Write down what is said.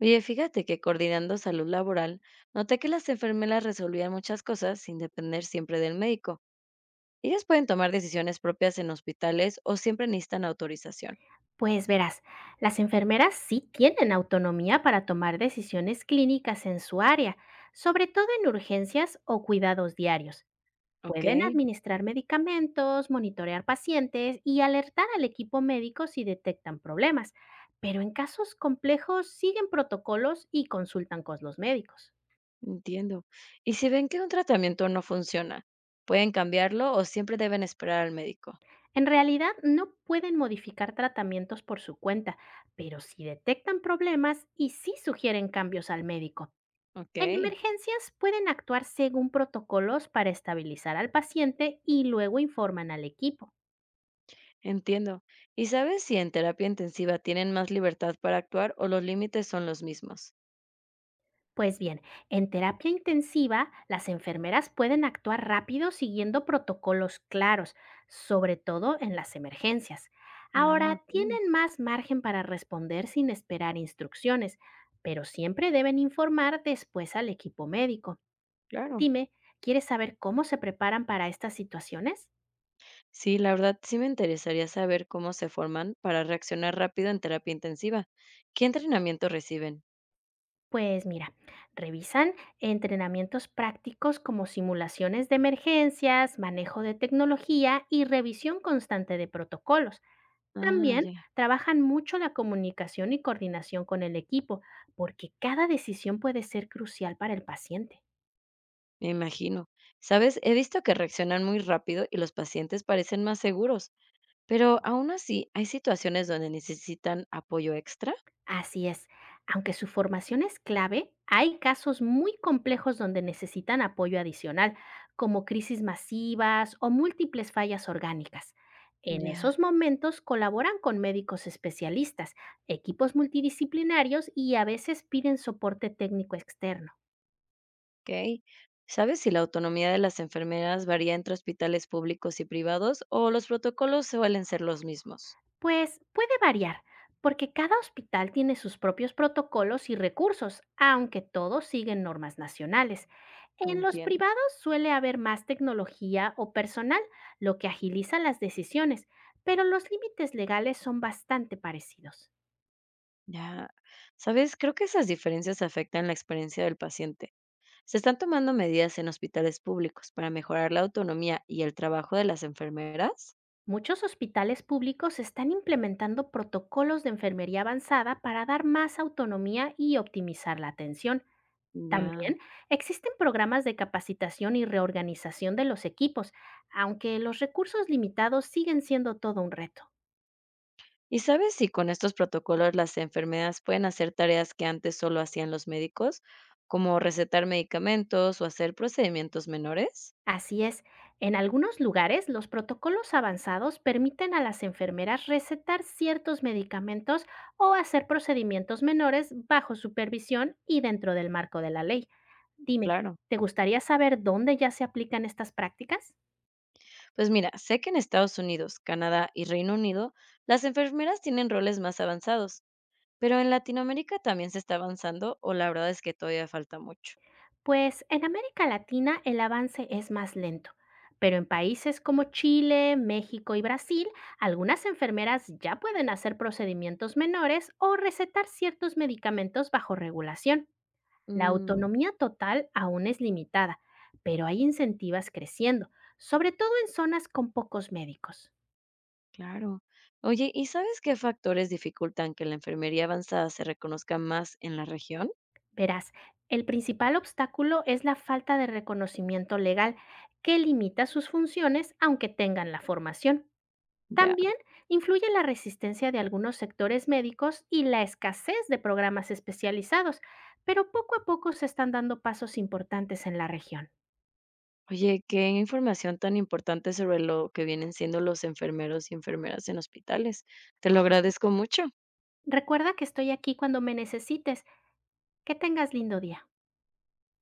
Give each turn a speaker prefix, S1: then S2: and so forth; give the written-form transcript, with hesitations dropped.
S1: Oye, fíjate que coordinando salud laboral, noté que las enfermeras resolvían muchas cosas sin depender siempre del médico. Ellas pueden tomar decisiones propias en hospitales o siempre necesitan autorización.
S2: Pues verás, las enfermeras sí tienen autonomía para tomar decisiones clínicas en su área, sobre todo en urgencias o cuidados diarios.
S1: Ok,
S2: Pueden administrar medicamentos, monitorear pacientes y alertar al equipo médico si detectan problemas, pero en casos complejos siguen protocolos y consultan con los médicos.
S1: entiendo. Y si ven que un tratamiento no funciona, ¿pueden cambiarlo o siempre deben esperar al médico?
S2: En realidad no pueden modificar tratamientos por su cuenta, pero sí detectan problemas y sí sugieren cambios al médico. En
S1: Ok,
S2: emergencias pueden actuar según protocolos para estabilizar al paciente y luego informan al equipo.
S1: entiendo. ¿Y sabes si en terapia intensiva tienen más libertad para actuar o los límites son los mismos?
S2: Pues bien, en terapia intensiva, las enfermeras pueden actuar rápido siguiendo protocolos claros, sobre todo en las emergencias.
S1: Ah,
S2: Ahora,
S1: ok,
S2: tienen más margen para responder sin esperar instrucciones, pero siempre deben informar después al equipo médico.
S1: claro.
S2: Dime, ¿quieres saber cómo se preparan para estas situaciones?
S1: Sí, la verdad sí me interesaría saber cómo se forman para reaccionar rápido en terapia intensiva. ¿Qué entrenamiento reciben?
S2: Pues mira, revisan entrenamientos prácticos como simulaciones de emergencias, manejo de tecnología y revisión constante de protocolos.
S1: Ah,
S2: También
S1: ya,
S2: trabajan mucho la comunicación y coordinación con el equipo, porque cada decisión puede ser crucial para el paciente.
S1: me imagino. Sabes, he visto que reaccionan muy rápido y los pacientes parecen más seguros, pero aún así hay situaciones donde necesitan apoyo extra.
S2: Así es, aunque su formación es clave, hay casos muy complejos donde necesitan apoyo adicional, como crisis masivas o múltiples fallas orgánicas. En
S1: Ya,
S2: esos momentos colaboran con médicos especialistas, equipos multidisciplinarios y a veces piden soporte técnico externo.
S1: ok. ¿Sabes si la autonomía de las enfermeras varía entre hospitales públicos y privados o los protocolos suelen ser los mismos?
S2: Pues puede variar, porque cada hospital tiene sus propios protocolos y recursos, aunque todos siguen normas nacionales. En los
S1: Entiendo.
S2: privados suele haber más tecnología o personal, lo que agiliza las decisiones, pero los límites legales son bastante parecidos.
S1: Ya, sabes, creo que esas diferencias afectan la experiencia del paciente. Se están tomando medidas en hospitales públicos para mejorar la autonomía y el trabajo de las enfermeras.
S2: Muchos hospitales públicos están implementando protocolos de enfermería avanzada para dar más autonomía y optimizar la atención.
S1: Ya.
S2: También existen programas de capacitación y reorganización de los equipos, aunque los recursos limitados siguen siendo todo un reto.
S1: ¿Y sabes si con estos protocolos las enfermeras pueden hacer tareas que antes solo hacían los médicos, como recetar medicamentos o hacer procedimientos menores?
S2: Así es, en algunos lugares los protocolos avanzados permiten a las enfermeras recetar ciertos medicamentos o hacer procedimientos menores bajo supervisión y dentro del marco de la ley. Dime,
S1: Claro.
S2: ¿te gustaría saber dónde ya se aplican estas prácticas?
S1: Pues mira, sé que en Estados Unidos, Canadá y Reino Unido, las enfermeras tienen roles más avanzados. Pero, ¿en Latinoamérica también se está avanzando, o la verdad es que todavía falta mucho?
S2: Pues en América Latina el avance es más lento, pero en países como Chile, México y Brasil, algunas enfermeras ya pueden hacer procedimientos menores o recetar ciertos medicamentos bajo regulación. La
S1: Mm,
S2: autonomía total aún es limitada, pero hay incentivas creciendo, sobre todo en zonas con pocos médicos.
S1: claro. Oye, ¿y sabes qué factores dificultan que la enfermería avanzada se reconozca más en la región?
S2: Verás, el principal obstáculo es la falta de reconocimiento legal, que limita sus funciones aunque tengan la formación.
S1: Ya.
S2: También influye la resistencia de algunos sectores médicos y la escasez de programas especializados, pero poco a poco se están dando pasos importantes en la región.
S1: Oye, qué información tan importante sobre lo que vienen siendo los enfermeros y enfermeras en hospitales. Te lo agradezco mucho.
S2: Recuerda que estoy aquí cuando me necesites. Que tengas lindo día.